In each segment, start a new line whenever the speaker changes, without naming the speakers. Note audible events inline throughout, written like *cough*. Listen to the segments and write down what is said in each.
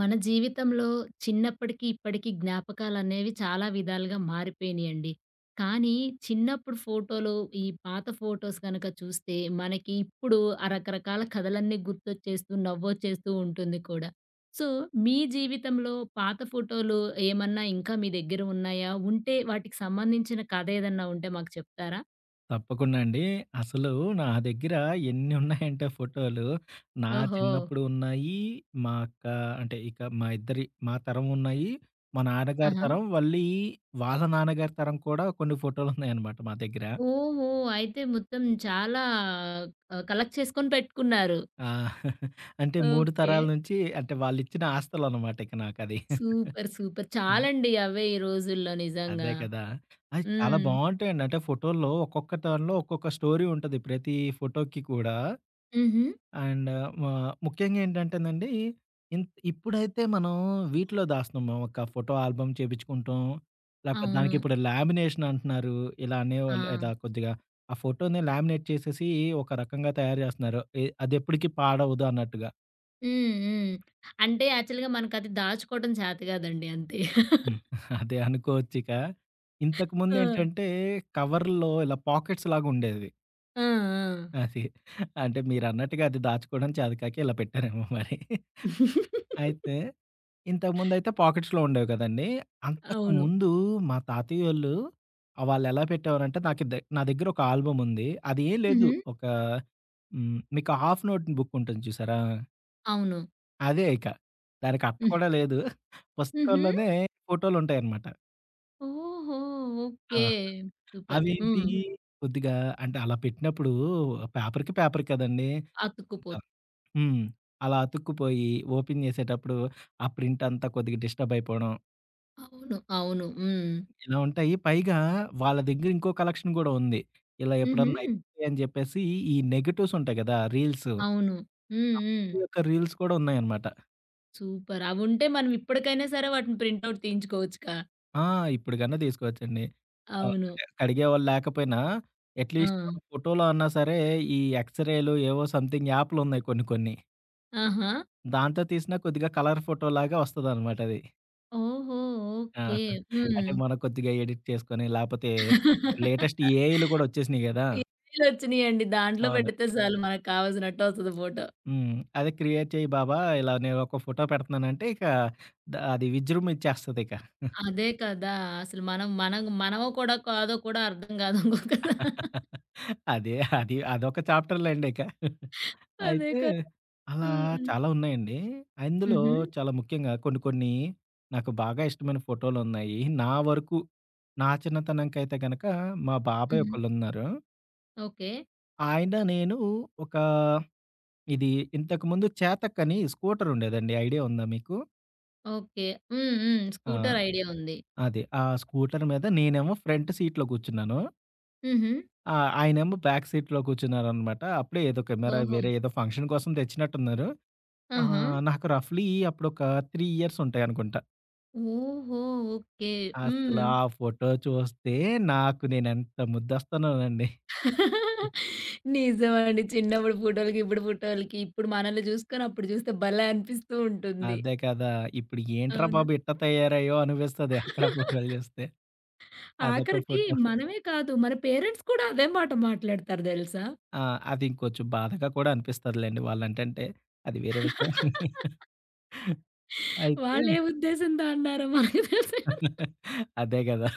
మన జీవితంలో చిన్నప్పటికి, ఇప్పటికి జ్ఞాపకాలనేవి చాలా విధాలుగా మారిపోయినియండి. కానీ చిన్నప్పుడు ఫోటోలు, ఈ పాత ఫోటోస్ గనక చూస్తే మనకి ఇప్పుడు ఆ రకరకాల కథలన్నీ గుర్తొచ్చేస్తూ, నవ్వొచ్చేస్తూ ఉంటుంది కూడా. సో, మీ జీవితంలో పాత ఫోటోలు ఏమన్నా ఇంకా మీ దగ్గర ఉన్నాయా? ఉంటే వాటికి సంబంధించిన కథ ఏదన్నా ఉంటే మాకు చెప్తారా?
తప్పకుండా అండి. అసలు నా దగ్గర ఎన్నున్నాయంటే ఫోటోలు, నా
ఓహో!
చిన్నప్పుడు ఉన్నాయి, మా అక్క అంటే ఇక మా ఇద్దరి మా తరం ఉన్నాయి, మా నాన్నగారి
ఆహా!
తరం, మళ్ళీ వాళ్ళ నాన్నగారి తరం కూడా కొన్ని ఫోటోలున్నాయనమాట మా దగ్గర.
ఓహో! అయితే మొత్తం చాలా కలెక్ట్ చేసుకొని పెట్టుకున్నారు.
ఆ! *laughs* అంటే 3
ఓకే.
తరాల నుంచి అంటే వాళ్ళిచ్చిన ఆస్తులనమాట ఇక నాకది.
సూపర్. సూపర్.
హ్మ్.
చాలండి అవే ఈ రోజుల్లో
అదే
నిజంగా.
కదా! అది చాలా
హ్మ్.
బావుంటాయండి. అంటే ఫోటోల్లో ఒక్కొక్క దానిలో ఒక్కొక్క స్టోరీ ఉంటది ప్రతి ఫోటోకి కూడా.
హుహు.
అండ్ మా ముఖ్యంగా ఏంటంటేనండి, ఇన్ ఇప్పుడైతే మనం వీటిలో దాస్తున్నాము. ఒక ఫోటో ఆల్బమ్ చేపించుకుంటాం. లేకపోతే దానికి
అవును.
ఇప్పుడు లామినేషన్ అంటున్నారు. ఇలా
ఆ!
అనేవాళ్ళు లేదా కొద్దిగా ఆ ఫోటోని లామినేట్ చేసేసి ఒక రకంగా తయారు చేస్తున్నారు. అది ఎప్పటికి పాడవదు అన్నట్టుగా.
హ్మ్. హ్మ్. అంటే యాక్చువల్‌గా మనకది దాచుకోవడం చేత కాదండి అంతే.
హ్మ్. *laughs* అదే అనుకోవచ్చిక.
ఆ!
ఇంతకుముందేంటంటే కవర్‌లో ఇలా పాకెట్స్ లాగా ఉండేది.
ఆ! ఆ!
అది. అంటే మీరన్నట్టుగా అది దాచుకోవడం చేతకాక ఇలా పెట్టారేమో మరి. అయితే, ఇంతకుముందయితే పాకెట్స్‌లో ఉండేవి కదండీ! అంతకు
అవును.
ముందు మా తాతయ్యోళ్ళు ఆహ్, వాళ్ళెలా పెట్టేవారంటే నాకు దె నా దగ్గర ఒక ఆల్బమ్ ఉంది. అది ఏం లేదు.
హుహు.
ఒక హ్మ్. మీకు హాఫ్ నోట్ బుక్ ఉంటుంది చూసారా?
అవును.
అదే ఇక. దానికి అట్ట
హ్మ్.
కూడా లేదు.
హుహు.
పుస్తకంలోనే ఫోటోలుంటాయన్నమాట.
ఓహో!
ఆ!
ఓకే. సూపర్.
అవేంటి
హ్మ్.
కొద్దిగా అంటే అలా పెట్టినప్పుడు పేపర్‌కి పేపర్ కదండీ!
అతుక్కుపోతు
హ్మ్. అలా అతుక్కుపోయి ఓపెన్ చేసేటప్పుడు ఆ ప్రింట్ అంతా కొద్దిగా డిస్టర్బ్ అయిపోవడం.
అవును. అవును. హ్మ్.
ఇలా ఉంటాయి. పైగా వాళ్ళ దగ్గర ఇంకో కలెక్షన్ గూడా ఉంది. ఇలా ఎప్పుడన్నా
హుహు.
అయిపోతాయి అని జెప్పేసి ఈ నెగెటివ్స్ ఉంటాయి గదా! రీల్స్.
అవును. హ్మ్.
ఆ
హ్మ్.
ఫోటో యొక్క రీల్స్ కూడా ఉన్నాయన్నమాట.
సూపర్. అవుంటే మనం ఇప్పటికైనా సరే వాటిని ప్రింటౌట్ తీయించుకోవచ్చుగా.
ఆ! ఇప్పుడు గన్నా తీసుకోవచ్చండి. ఆహ్,
అవును.
అంటే కడిగేవాళ్ళు లేకపోయినా
ఆ!
అట్‌లీస్ట్ మనం ఫోటోలో అన్నా సరే ఈ ఎక్స్‌రేలు ఏవో సంథింగ్ యాప్‌లున్నాయి కొన్ని కొన్ని.
ఆహా!
దాంతో తీసినా కొద్దిగా కలర్ ఫోటోలాగా వస్తదన్నమాట అది.
ఓహో!
ఆ!
ఓకే.
అంటే
హ్మ్.
మనం కొద్దిగా ఎడిట్ చేసుకొని, లేపోతే ఇప్పుడు
*laughs*
లేటెస్ట్ ఏఐలు గూడా వచ్చేసినాయి గదా!
ఇమెయిలొచ్చినియండి. దాంట్లో
అవును.
పెడితే చాలు మనకు కావాల్సినట్టొస్తది ఫోటో.
హ్మ్. అదే క్రియేట్ చెయ్యి బాబా! ఇలా నేనొక ఫోటో పెడుతున్నానంటే ఇక అది విజృంభించేస్తదిక.
అదే కదా! అసలు మనం మనం మనమో కూడా కాదో కూడా అర్థం కాదు ఇంకొకదా.
*laughs* అదే అది అదొక చాప్టర్‌లెండి ఇక.
అదే
అయితే
కదా!
అలా
హ్మ్.
చాలా ఉన్నాయండి. అందులో
హుహు.
చాలా ముఖ్యంగా కొన్ని కొన్ని నాకు బాగా ఇష్టమైన ఫోటోలున్నాయి. నా వరకు నా చిన్నతనంకైతే గనక మా బాబాయ్
హుహు.
ఒకళ్ళున్నారు.
ఓకే.
ఆయన నేను ఒక ఇది ఇంతకుముందు చేతక్ అని స్కూటరుండేదండి. ఐడియా ఉందా మీకు?
ఓకే. హ్మ్. హ్మ్.
ఆ!
స్కూటర్ ఐడియా ఉంది.
అది. ఆ స్కూటర్ మీద నేనేమో ఫ్రంట్ సీట్‌లో కూర్చున్నాను.
హుహు.
ఆ! ఆయనేమో బ్యాక్ సీట్‌లో కూర్చున్నారనమాట. అప్పుడే ఏదో కెమెరా
ఓహో!
వేరే ఏదో ఫంక్షన్ కోసం తెచ్చినట్టున్నారు. ఆహా!
ఆహా!
నాకు రఫ్‌లీ అప్పుడొక 3 ఇయర్స్ ఉంటాయనుకుంటా.
ఓహో! ఓకే.
అసల
హ్మ్.
ఆ ఫోటో చూస్తే నాకు నేనెంత ముద్దొస్తున్నానండి.
నిజమండి. చిన్నప్పుడు ఫోటోలకి, ఇప్పుడు ఫోటోలకి, ఇప్పుడు మనల్ని జూసుకొని అప్పుడు జూస్తే భలే అనిపిస్తూ ఉంటుంది.
అదే కదా! ఇప్పుడు ఏంట్రా
అవును.
బాబు ఇట్ట తయారయ్యో అనిపిస్తది అక్కడ ఫోటోలు చూస్తే. అదొక
ఆఖరికి
ఫోటో.
మనమే కాదు, మన పేరెంట్స్ కూడా అదే మాట మాట్లాడతారు దెలుసా?
ఆ! అది ఇంకొంచెం బాధగా కూడా అనిపిస్తదిలెండి వాళ్ళంటంటే. అది వేరే విషయం. *laughs* అయితే
వాళ్ళే ఉద్దేశంతో అన్నారో మనకి తెలుసు కదా!
అదే గదా!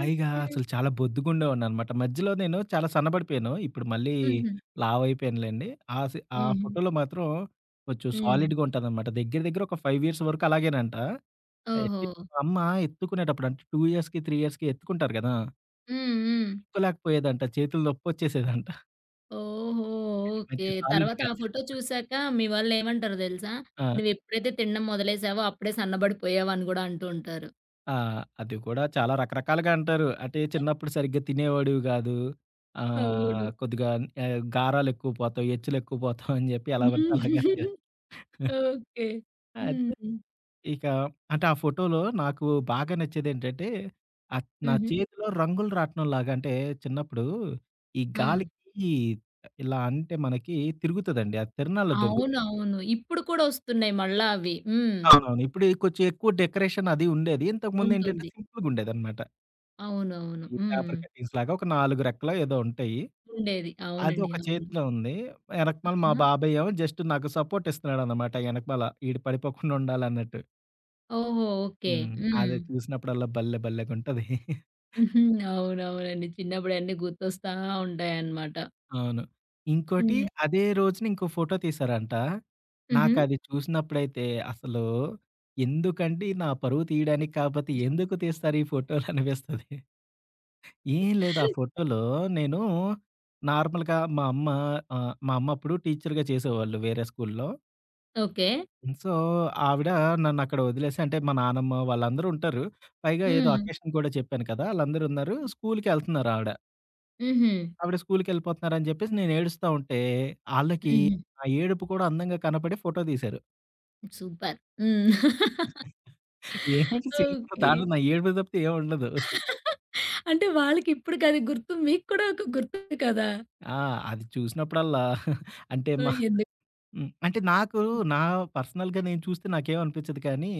పైగా అసలు చాలా బొద్దుగుండేవాడిననమాట. మధ్యలో నేను చాలా సన్నబడిపోయాను. ఇప్పుడు మళ్ళీ
హుహు.
లావయిపోయానులెండి. ఆ
హుహు.
ఫోటోలో మాత్రం కొంచెం
హ్మ్.
సాలిడ్‌గా ఉంటాననమాట. దగ్గర దగ్గర ఒక 5 ఇయర్స్ వరకు అలాగేనంట.
ఓహో!
అట్‌లీస్ట్ మా అమ్మ ఎత్తుకునేటప్పుడు అంటే 2 ఇయర్స్‌కి, 3 ఇయర్స్‌కి ఎత్తుకుంటారు గదా!
హ్మ్. హ్మ్.
ఎత్తుకోలేకపోయేదంట. చేతులు నొప్పొచ్చేసేదంట.
ఓహో! ఓకే.
మంచి
తర్వాత
సాలిడ్‌గా.
ఆ ఫోటో చూసాక మీ వాళ్ళేమంటారో దెలుసా?
ఆ!
నువ్వెప్పుడైతే తినడం మొదలేసావో అప్పుడే సన్నబడిపోయావని గూడా అంటూ ఉంటారు.
ఆ! అది కూడా చాలా రకరకాలుగా అంటారు. అంటే చిన్నప్పుడు సరిగ్గా తినేవాడివి గాదు.
అవును.
ఆహ్, కొద్దిగా ఆహ్, గారాలెక్కువ పోతావు, ఎచ్చులెక్కువ పోతావు అని జెప్పి ఎలా పడితే
*laughs*
అలాగే అంటారు.
హ్మ్.
*laughs*
ఓకే.
అయితే
హ్మ్.
ఇక అంటే ఆ ఫోటోలో నాకు బాగా నచ్చేదేంటంటే, ఆహ్, నా
హుహు.
చేతిలో రంగులు రాట్నంలాగా అంటే చిన్నప్పుడు ఈ
ఆ!
గాలికి ఇలా అంటే మనకి తిరుగుతదండి. అది తిరణాల్లో దొరుకుతాయి.
అవునవును. ఇప్పుడు కూడా ఒస్తున్నాయి మళ్ళా అవి. హ్మ్.
అవునవును. ఇప్పుడు కొంచెం ఎక్కువ డెకరేషన్ అది ఉండేది. ఇంతకుముందేంటంటే
ఉంటుంది.
సింపుల్‌గుండేదనమాట.
అవునవును.
ఈ
హ్మ్.
పేపర్ కటింగ్స్ లాగా ఒక 4 రెక్కలో ఏదో ఉంటాయి.
ఉండేది.
అది
అవునండి.
ఒక
అవును.
చేతిలో ఉంది. ఎనకమాల మా
ఆహా!
బాబాయ్ ఏమో జస్ట్ నాకు సపోర్ట్ ఇస్తున్నాడనమాట ఎనకమాల. ఈడు పడిపోకుండా ఉండాలన్నట్టు.
ఓహో! ఓకే.
హ్మ్.
హ్మ్.
అది చూసినప్పుడల్లా భలే! భలేగుంటది.
*laughs* హుహు. అవునవునండి. చిన్నప్పుడు అన్నీ గుర్తొస్తా ఉంటాయన్నమాట.
అవును. ఇంకోటి
హ్మ్.
అదే రోజున ఇంకో ఫోటో తీశారంట.
హుహు.
నాకది చూసినప్పుడైతే అసలు ఎందుకండి నా పరువు తీయడానికి కాపోతే ఎందుకు తీస్తారు ఈ ఫోటోలనిపిస్తది. ఏం లేదు. ఆ ఫోటోలో నేను నార్మల్‌గా మా అమ్మ ఆహ్, మా అమ్మ అప్పుడు టీచర్‌గా చేసేవాళ్ళు వేరే స్కూల్‌లో.
ఓకే.
సో, ఆవిడ నన్నక్కడ వదిలేసి అంటే మా నానమ్మ వాళ్ళందరూ ఉంటారు. పైగా ఏదో
హ్మ్.
అకేషన్ కూడా చెప్పాను కదా! ఆళ్ళందరూ ఉన్నారు. స్కూల్‌కెళ్తున్నారు ఆవిడ.
హుహు.
ఆవిడ స్కూల్‌కెళ్ళిపోతున్నారని చెప్పేసి నేను ఏడుస్తా ఉంటే, ఆళ్ళకి
హుహు.
నా ఏడుపు కూడా అందంగా కనపడి ఫోటో తీశారు.
సూపర్. హ్మ్.
ఏముంది సిల్వర్
ఓకే.
దాంట్లో నా ఏడుపు తప్పితే ఏముండదు.
*laughs* అంటే వాళ్ళకిప్పుడుకది గుర్తు. మీకు కూడా ఒక గుర్తుంది కదా!
ఆ! అది చూసినప్పుడల్లా అంటే
ఆ!
మా
ఎందుకు
హ్మ్. అంటే నాకు నా పర్సనల్‌గా నేను చూస్తే నాకేమనిపించదు కానీ,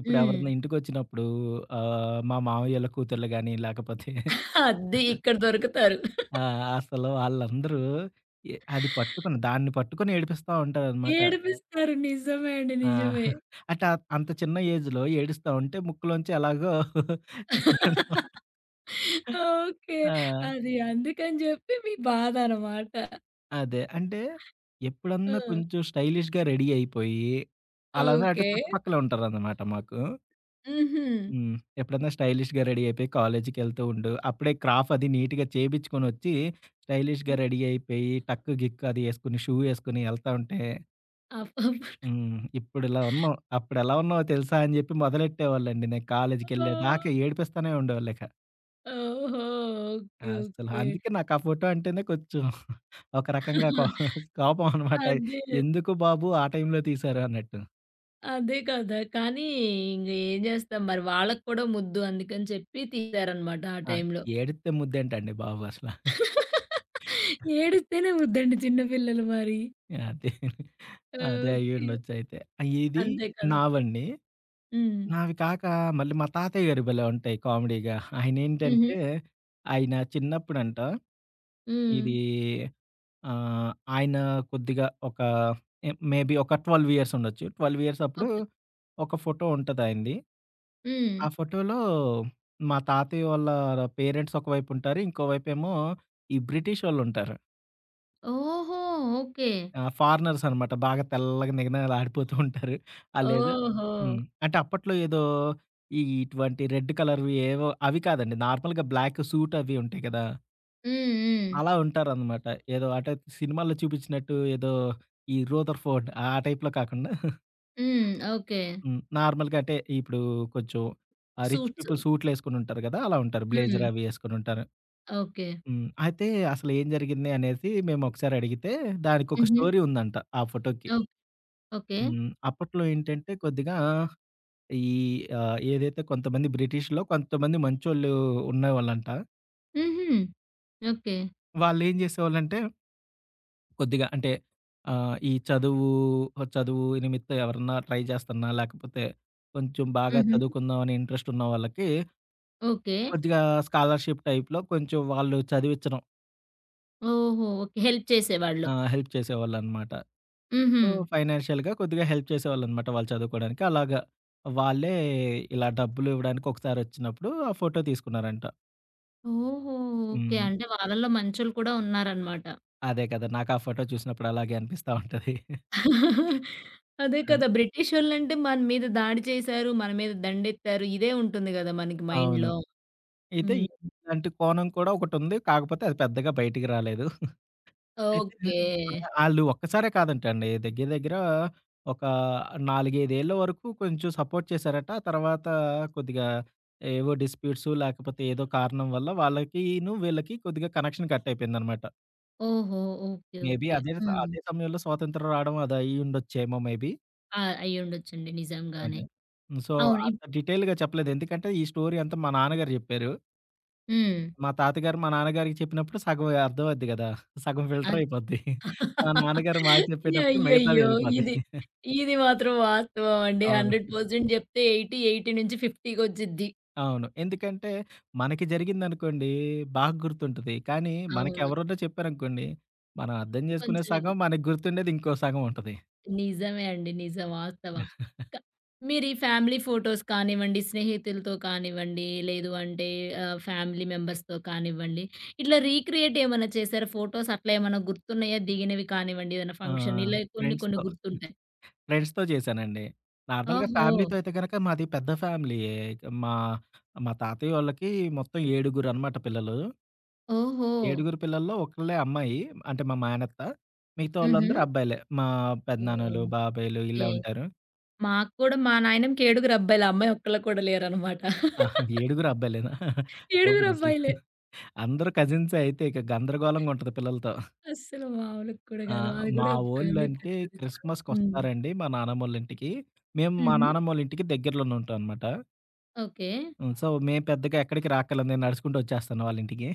ఇప్పుడు
హ్మ్.
ఎవరైనా ఇంటికొచ్చినప్పుడు ఆహ్, మా మామయ్యోళ్ళ కూతుర్లు గాని, లేకపోతే
అద్దె ఇక్కడ దొరుకుతారు.
ఆ! అసలు వాళ్ళందరూ అది పట్టుకొని దాన్ని పట్టుకొని ఏడిపిస్తా ఉంటారనమాట.
ఏడిపిస్తారు. నిజమే అండి.
ఆ!
నిజమే.
అంటే అంత చిన్న ఏజ్‌లో ఏడుస్తా ఉంటే ముక్కులోంచి ఎలాగో
ఓకే.
ఆ!
అది అందుకని జెప్పి మీ బాధ అనమాట.
అదే. అంటే
ఆ!
ఎప్పుడన్నా కొంచెం స్టైలిష్‌గా రెడీ అయిపోయి, వాళ్ళందరూ అటు
ఓకే.
చుట్టుపక్కలే ఉంటారనమాట మాకు.
హుహు.
హ్మ్. ఎప్పుడన్నా స్టైలిష్‌గా రెడీ అయిపోయి కాలేజీకెళ్తూ ఉండు. అప్పుడే క్రాఫ్ అది నీట్‌గా చేపించుకొనొచ్చి, స్టైలిష్‌గా
హ్మ్.
రెడీ అయిపోయి, టక్ గిక్ అది యేసుకొని, షూ యేసుకొని యెళ్తా ఉంటే,
అబ్బబ్బా!
హ్మ్. ఇప్పుడిలా ఉన్నావు. అప్పుడెలా ఉన్నావో తెలుసా అని జెప్పి మొదలెట్టేవాళ్ళండి. నేను కాలేజీకెళ్ళేదాకా ఏడిపిస్తానే ఉండేవాళ్ళు ఇక.
ఓహో! ఓకే.
అసలు
ఓకే.
అందుకే నాకు ఆ ఫోటో అంటేనే కొంచెం ఒక రకంగా కోపం అనమాట.
అదే.
ఎందుకు బాబు ఆ టైంలో తీశారు అన్నట్టు.
అదే కదా! కానీ ఇంగ ఏం జేస్తాం మరి వాళ్ళకి కూడా ముద్దు అందుకని చెప్పి తీశారనమాట ఆ
ఆ!
టైంలో. హ్మ్.
ఏడిత్తే ముద్దేంటండి బాబు అసల.
ఏడిస్తేనే ముద్దండి చిన్న పిల్లలు మరి.
అదే. అదే
ఓకే.
అయ్యుండొచ్చయితే. ఇది
అంతే కదా!
నావండి.
హ్మ్.
నావి కాక మళ్ళీ మా తాతయ్య గారివి భలే ఉంటాయి కామెడీగా.
హుహు.
ఆయనేంటంటే, ఆయన చిన్నప్పుడంట
హ్మ్.
ఇది ఆహ్, ఆయన కొద్దిగా ఒక మేబీ ఒక 12 ఇయర్స్ ఉండొచ్చు. 12 ఇయర్స్ అప్పుడు
ఓకే.
ఒక ఫోటో ఉంటది ఆయనది.
హ్మ్.
ఆ ఫోటోలో మా తాతయ్య వాళ్ళ పేరెంట్స్ ఒకవైపు ఉంటారు. ఇంకోవైపేమో ఈ బ్రిటిషోళ్ళుంటారు.
ఓహో! ఓకే.
ఆ! ఫారినర్స్ అనమాట. బాగా తెల్లగా నిగనిగలాడిపోతూ ఉంటారు. ఆళ్ళేదో
ఓహో!
హ్మ్. అంటే అప్పట్లో ఏదో ఈ ఇటువంటి రెడ్ కలర్‌వి ఏవో అవి కాదండి. నార్మల్‌గా బ్లాక్ సూట్ అవి ఉంటాయి కదా!
హ్మ్. హ్మ్.
అలా ఉంటారనమాట. ఏదో అంటే సినిమాల్లో చూపించినట్టు ఏదో ఈ 'రూథర్‌ఫోర్డ్' ఆ టైప్‌లో కాకుండా
హ్మ్. ఓకే.
హ్మ్. నార్మల్‌గా అంటే ఇప్పుడు కొంచెం ఆ రిచ్
సూట్స్.
పీపుల్ సూట్‌లేసుకొని ఉంటారు కదా! అలా ఉంటారు.
హ్మ్.
బ్లేజర్ అవి ఏసుకొని ఉంటారు.
ఓకే.
హ్మ్. అయితే అసలు ఏం జరిగింది అనేసి మేము ఒకసారి అడిగితే దానికొక
హుహు.
స్టోరీ ఉందంట ఆ ఫోటోకి.
ఓకే. ఓకే.
హ్మ్. అప్పట్లో ఏంటంటే కొద్దిగా ఈ ఆహ్, ఏదైతే కొంతమంది బ్రిటిష్‌లో కొంతమంది మంచోళ్ళు ఉండేవాళ్ళంట.
హుహు. ఓకే.
వాళ్ళేం జేసేవాళ్ళంటే కొద్దిగా అంటే ఆహ్, ఈ చదువు, చదువు నిమిత్తం ఎవరన్నా ట్రై చేస్తున్నా లేకపోతే కొంచెం బాగా
హుహు.
చదువుకుందాం అనే ఇంట్రెస్ట్ ఉన్న వాళ్ళకి
ఓకే.
కొద్దిగా స్కాలర్‌షిప్ టైప్‌లో కొంచెం వాళ్ళు చదివిచ్చడం.
ఓహో! ఓకే. హెల్ప్ చేసేవాళ్ళు.
ఆ! హెల్ప్ చేసేవాళ్ళనమాట.
హుహు.
సో, ఫైనాన్షియల్‌గా కొద్దిగా హెల్ప్ చేసేవాళ్ళనమాట వాళ్ళు చదువుకోడానికి. అలాగా వాళ్ళే ఇలా డబ్బులు ఇవ్వడానికి ఒకసారొచ్చినప్పుడు ఆ ఫోటో తీసుకున్నారంట.
ఓహో! ఓకే.
హ్మ్.
అంటే వాళ్ళలో మంచోళ్ళు కూడా ఉన్నారనమాట.
అదే కదా! నాకు ఆ ఫోటో చూసినప్పుడు అలాగే అనిపిస్తా ఉంటది.
అదే
ఆ!
కదా! బ్రిటిషోళ్ళంటే మన మీద దాడి చేశారు, మన మీద దండెత్తారు. ఇదే ఉంటుంది గదా! మనకి
అవును.
మైండ్‌లో.
అయితే
హ్మ్.
ఇలాంటి కోణం కూడా ఒకటుంది. కాకపోతే అది పెద్దగా బయటికి రాలేదు. అయితే
ఓకే.
ఆ! ఆళ్ళు ఒక్కసారే కాదంటండి. దగ్గర దగ్గర ఒక 4, 5 ఏళ్ల వరకు కొంచెం సపోర్ట్ చేశారట. తర్వాత కొద్దిగా ఏవో డిస్ప్యూట్స్ లేకపోతే ఏదో కారణం వల్ల వాళ్ళకిను, వీళ్ళకి కొద్దిగా కనెక్షన్ కట్ అయిపోయిందనమాట.
ఓహో! ఓకే.
Maybe
okay.
అదే
హ్మ్.
అదే సమయంలో స్వాతంత్రం రావడం అది అయ్యుండొచ్చేమో మేబీ.
ఆ! అయ్యుండొచ్చండి నిజంగానే.
అదే. సో,
అవును.
అంత
ఇప్పుడు
డీటెయిల్‌గా చెప్పలేదు. ఎందుకంటే ఈ స్టోరీ అంతా మా నాన్నగారు చెప్పారు.
హ్మ్.
మా తాతగారు మా నాన్నగారికి చెప్పినప్పుడు సగం అర్థమవుద్ది గదా! సగం ఫిల్టర్
అది
అయిపోద్ది. మా నాన్నగారు మాకు
*laughs*
చెప్పేటప్పుడు మిగతాది
అయ్యయ్యో!
ఎళ్ళిపోద్ది.
ఇది, ఇది మాత్రం వాస్తవం అండి.
అవును.
100% చెప్తే 80, 80-50 కొచ్చిద్ది.
అవును. ఎందుకంటే మనకి జరిగిందనుకోండి బాగా గుర్తుంటది. కానీ మనకి
అవును.
ఎవరన్నా చెప్పారనుకోండి, మనం అర్థం చేసుకునే
కొంచెమే
సగం మనకు గుర్తుండేది ఇంకో సగం ఉంటది.
నిజమే అండి. నిజం. వాస్తవం. క మీరు ఈ ఫ్యామిలీ ఫోటోస్ కానివ్వండి, స్నేహితులతో కానివ్వండి, లేదు అంటే ఫ్యామిలీ మెంబర్స్‌తో కానివ్వండి, ఇట్లా రీక్రియేట్ ఏమన్నా చేసారా? ఫోటోస్ అట్లా ఏమన్నా గుర్తున్నాయా? దిగినవి కానివ్వండి, ఏదైనా
ఆ!
ఫంక్షన్ ఇలా కొన్ని కొన్ని
ఫ్రెండ్స్‌తో,
గుర్తుంటాయి.
ఫ్రెండ్స్‌తో చేశానండి. నార్మల్‌గా
ఓహో!
ఫ్యామిలీతో అయితే గనక మాది పెద్ద ఫ్యామిలీయే. మా మా తాతయ్య వాళ్ళకి మొత్తం ఏడుగురనమాట పిల్లలు.
ఓహో!
ఏడుగురు పిల్లల్లో ఒకళ్ళే అమ్మాయి. అంటే మా మేనత్త. మిగతా
హుహు.
వాళ్ళందరూ అబ్బాయిలే. మా పెదనాన్నలు,
ఓకే.
బాబాయిలు ఇలా ఉంటారు.
మాకు కూడా మా నాయనమ్మకి ఏడుగురు అబ్బాయిలు. అమ్మాయి ఒక్కళ్ళకి కూడా లేరనమాట.
ఆహా! ఏడుగురు అబ్బాయిలేనా?
ఏడుగురు
సూపరసలు.
అబ్బాయిలే.
అందరూ కజిన్సే అయితే ఇక గందరగోళంగా ఉంటది పిల్లలతో.
అస్సలు మామూలుగా కూడా
ఆ!
కాదు. మాది
మా
కూడా ఫ్యామిలీ
వోళ్ళంటే
పెద్దది చాలా. హ్మ్.
క్రిస్మస్‌కొస్తారండి మా నానమ్మోళ్ళింటికి. మేము మా
హుహు.
నానమ్మోళ్ళింటికి దగ్గరలోనే ఉంటామనమాట.
ఓకే.
హ్మ్. సో, మేము పెద్దగా ఎక్కడికి రాక్కర్లేదు. నేను నడుచుకుంటూ వచ్చేస్తాను వాళ్ళింటికి.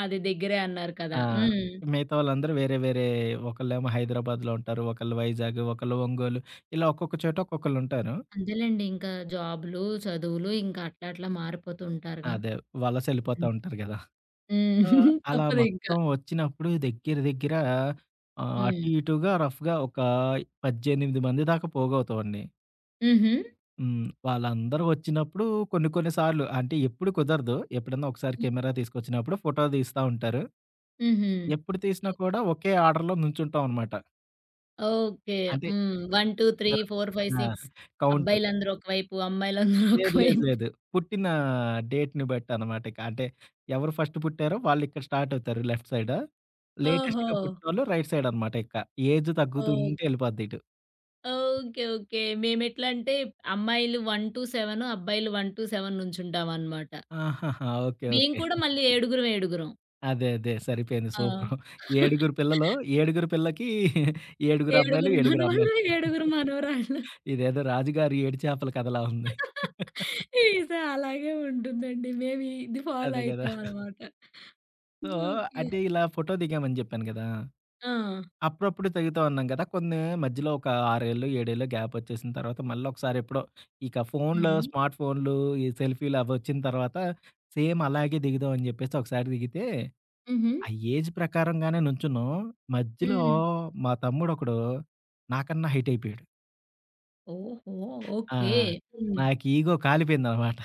అది దగ్గరే అన్నారు
ఆ!
కదా! హ్మ్.
మిగతా వాళ్ళందరూ వేరే వేరే ఒకళ్ళేమో హైదరాబాద్‌లో ఉంటారు. ఒకళ్ళు వైజాగ్, ఒకళ్ళు ఒంగోలు ఇలా ఒక్కొక్క చోట ఒక్కొక్కళ్ళుంటారు.
అంతేలెండి. ఇంకా జాబ్‌లు, చదువులు ఇంకా అట్లా అట్లా మారిపోతూ ఉంటారుగా.
అదే వలసెళ్ళిపోతా
హ్మ్.
ఉంటారు గదా!
హ్మ్.
సో,
*laughs*
అలా
తప్పదింక.
మొత్తం వచ్చినప్పుడు దగ్గర దగ్గర ఆహ్,
హ్మ్.
అటు ఇటుగా రఫ్‌గా ఒక 18 మంది దాకా పోగవుతామండి.
హుహు.
హ్మ్. వాళ్ళందరూ వచ్చినప్పుడు కొన్ని కొన్ని సార్లు అంటే ఎప్పుడు కుదరదు. ఎప్పుడన్నా ఒకసారి
హ్మ్.
కెమెరా తీసుకొచ్చినప్పుడు ఫోటో తీస్తా ఉంటారు.
హుహు.
ఎప్పుడు
ఓహ్!
తీసినా
*laughs*
కూడా ఒకే ఆర్డర్‌లో నుంచుంటాం అనమాట.
ఓకే.
అంటే
హ్మ్.
ఎవరు
1,
ఫస్ట్ పుట్టారో
2, 3, 4, 5,
ఆ!
6
కౌంట్.
అబ్బాయిలందరూ ఒకవైపు, అమ్మాయిలందరూ
లేదు. లేదు.
*laughs* ఒకవైపు.
లేదు. పుట్టిన డేట్‌ని బట్టనమాట ఇక. అంటే ఎవరు ఫస్ట్ పుట్టారో వాళ్ళిక్కడ స్టార్టవుతారు లెఫ్ట్ సైడ్.
ఓహో!
లేటెస్ట్‌గా పుట్టినోళ్ళు రైట్ సైడనమాట ఇక. ఏజ్
ఓహ్!
తగ్గుతుంటే ఎళ్ళిపోద్ది ఇటు.
ఓకే. ఓకే. మేమెట్లా అంటే అమ్మాయిలు 1-7 అబ్బాయిలు 1-7 నుంచుంటామనమాట.
ఆహాహా! ఓకే.
మేము
ఓకే.
కూడా మళ్ళీ ఏడుగురం ఏడుగురం.
అదే. అదే. సరిపోయింది.
ఆ!
సూపరు.
*laughs*
ఏడుగురు పిల్లలు, ఏడుగురు పిల్లకి ఏడుగురు అబ్బాయిలు,
ఏడుగురు
ఏడుగురు
మనవళ్ళు,
అమ్మాయిలు.
ఏడుగురు మనవరాళ్ళు.
ఇదేదో రాజుగారి ఏడు చేపల కథలా ఉంది.
ఇది అలాగే ఉంటుందండి. మేము ఇది ఫాలో
అదే గదా!
అయితామనమాట.
So,
okay.
అంటే ఇలా ఫోటో దిగామని జెప్పాను గదా!
ఆ!
అప్పుడప్పుడు తెగుతూ ఉన్నాం గదా! కొన్ని మధ్యలో ఒక 6 ఏళ్ళు, 7 ఏళ్ళు గ్యాపొచ్చేసిన తర్వాత మళ్ళొకసారి ఎప్పుడో ఇక ఫోన్‌లో
హుహు.
స్మార్ట్ ఫోన్‌లు, ఈ సెల్ఫీలు అవొచ్చిన తర్వాత సేమ్ అలాగే దిగుదాం అని జెప్పేసి ఒకసారి దిగితే,
హుహు.
ఆ ఏజ్ ప్రకారంగానే నుంచున్నాం. మధ్యలో
హ్మ్.
మా తమ్ముడొకడు నాకన్నా హైట్ అయిపోయాడు.
ఓహో!
ఆ!
ఓకే. హ్మ్.
నాకు ఈగో కాలిపోయిందనమాట.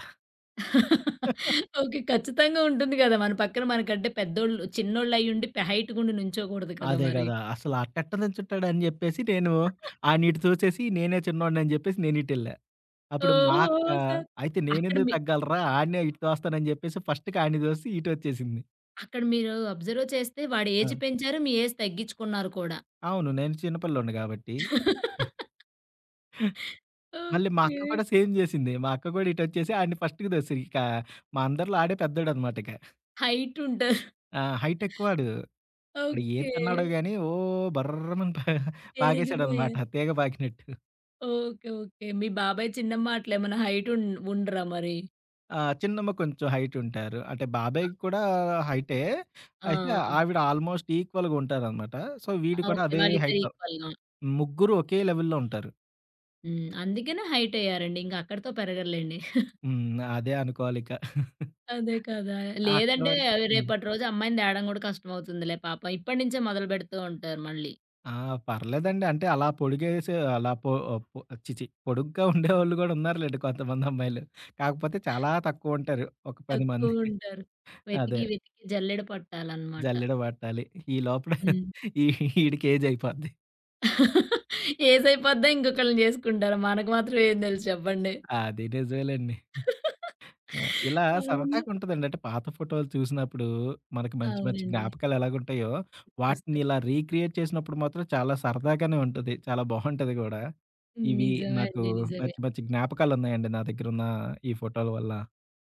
ఓకే. ఖచ్చితంగా ఉంటుంది గదా! మన పక్కన మనకంటే పెద్దోళ్ళు, చిన్నోళ్ళయ్యుండి హైట్‌గుండి నుంచోకూడదు కదా
అదే
మరి.
గదా! అసలు అట్టెట్ట నుంచుంటాడని జెప్పేసి నేను ఆడినిటు చూసేసి నేనే చిన్నోడిని అని జెప్పేసి నేనిటెళ్ళా. అప్పుడు మా
ఓహో!
అక్క,
సో,
"అయితే
అక్కడ
నేనెందుకు
మీ
తగ్గాలిరా! ఆడినే ఇటు తోస్తానని" జెప్పేసి ఫస్ట్‌కి ఆడిని దోసి ఇటొచ్చేసింది.
అక్కడ మీరు అబ్జర్వ్ చేస్తే వాడి
ఆ!
ఏజ్ పెంచారు. మీ ఏజ్ తగ్గిచ్చుకున్నారు కూడా.
అవును. నేను చిన్న పిల్లోడిని గాబట్టి. మళ్ళీ మా
ఓకే.
అక్క కూడా సేమ్ జేసింది. మా అక్క గూడా ఇటొచ్చేసి ఆడిని ఫస్ట్‌కి దోసేసింది. ఇక మా అందరిలో ఆడే పెద్దోడనమాట ఇక.
హైటుంటారు.
ఆ! హైట్ ఎక్కువాడు. ఆడు ఏం
ఓకే.
తిన్నాడో గాని ఓ బర్రమని *laughs* పాగేసాడనమాట.
ఎరిగిపోయారు.
తీగ పాకినట్టు.
ఓకే. ఓకే. మీ బాబాయ్, చిన్నమ్మ అట్లేమన్నా హైట్ ఉన్ ఉండరా మరి?
ఆ! చిన్నమ్మ కొంచెం హైట్ ఉంటారు. అంటే బాబాయ్ కూడా హైటే. అయితే
ఆ!
ఆవిడ ఆల్‌మోస్ట్ ఈక్వల్‌గా ఉంటారనమాట. సో,
ఆ!
వీడు కూడా
ఓకే.
అదే
వాళ్ళిద్దరు
హైట్‌లో.
ఈక్వల్‌గా.
ముగ్గురు ఒకే లెవెల్‌లో ఉంటారు.
హ్మ్. అందుకనే హైట్ అయ్యారండి. ఇంక అక్కడితో పెరగరులెండి.
హ్మ్. అదే అనుకోవాలిక.
అదే కదా!
అక్కడ
లేదంటే
వరకు
అవి
హ్మ్.
రేపటి రోజు అమ్మాయిని తేడం గూడా కష్టమవుతుందిలే పాపం. ఇప్పటి నుంచే మొదలు పెడుతూ ఉంటారు మళ్ళీ.
ఆ! పర్లేదండి. అంటే అలా పొడిగేసే అలా పొ పొ ఛీ! ఛీ! పొడుగ్గా ఉండేవాళ్ళు గూడా ఉన్నారులెండి కొంతమంది అమ్మాయిలు. కాకపోతే చాలా తక్కువుంటారు. ఒక 10 మంది.
తక్కువుంటారు.
అదే.
వెతికి, వెతికి జల్లెడ పట్టాలనమాట.
జల్లెడ పట్టాలి. ఈ లోపల
హ్మ్.
ఈ ఈడికి ఏజ్ అయిపోద్ది.
ఏసైపోద్దా ఇంకొకళ్ళని చేసుకుంటారా? మనకు మాత్రం ఏం తెలుసు చెప్పండి.
అది నిజమేలెండి. యాహ్! ఇలా
మనమున్న
సరదాగుంటదండి. అంటే పాత ఫోటోలు చూసినప్పుడు మనకి మంచి మంచి
అవునండి.
జ్ఞాపకాలు ఎలాగుంటాయో, వాటిని
గుర్తొస్తాయి.
ఇలా రీక్రియేట్ చేసినప్పుడు మాత్రం చాలా సరదాగానే ఉంటది. చాలా బావుంటది గూడా. ఇవి
నిజమే
నాకు
అండి. నిజమే.
మంచి మంచి జ్ఞాపకాలున్నాయండి నా దగ్గరున్న ఈ ఫోటోల వల్ల.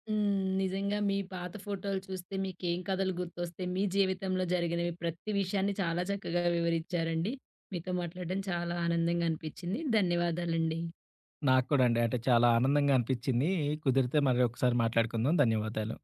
హ్మ్. నిజంగా మీ పాత ఫోటోలు చూస్తే మీకేం కథలు గుర్తొస్తాయి? మీ జీవితంలో జరిగినవి ప్రతి విషయాన్ని చాలా చక్కగా వివరించారండి. మీతో మాట్లాడడం చాలా ఆనందంగా అనిపించింది. ధన్యవాదాలండి.
నాకు కూడా అండి. అంటే చాలా ఆనందంగా అనిపిచ్చింది. కుదిరితే మరి ఒకసారి మాట్లాడుకుందాం. ధన్యవాదాలు.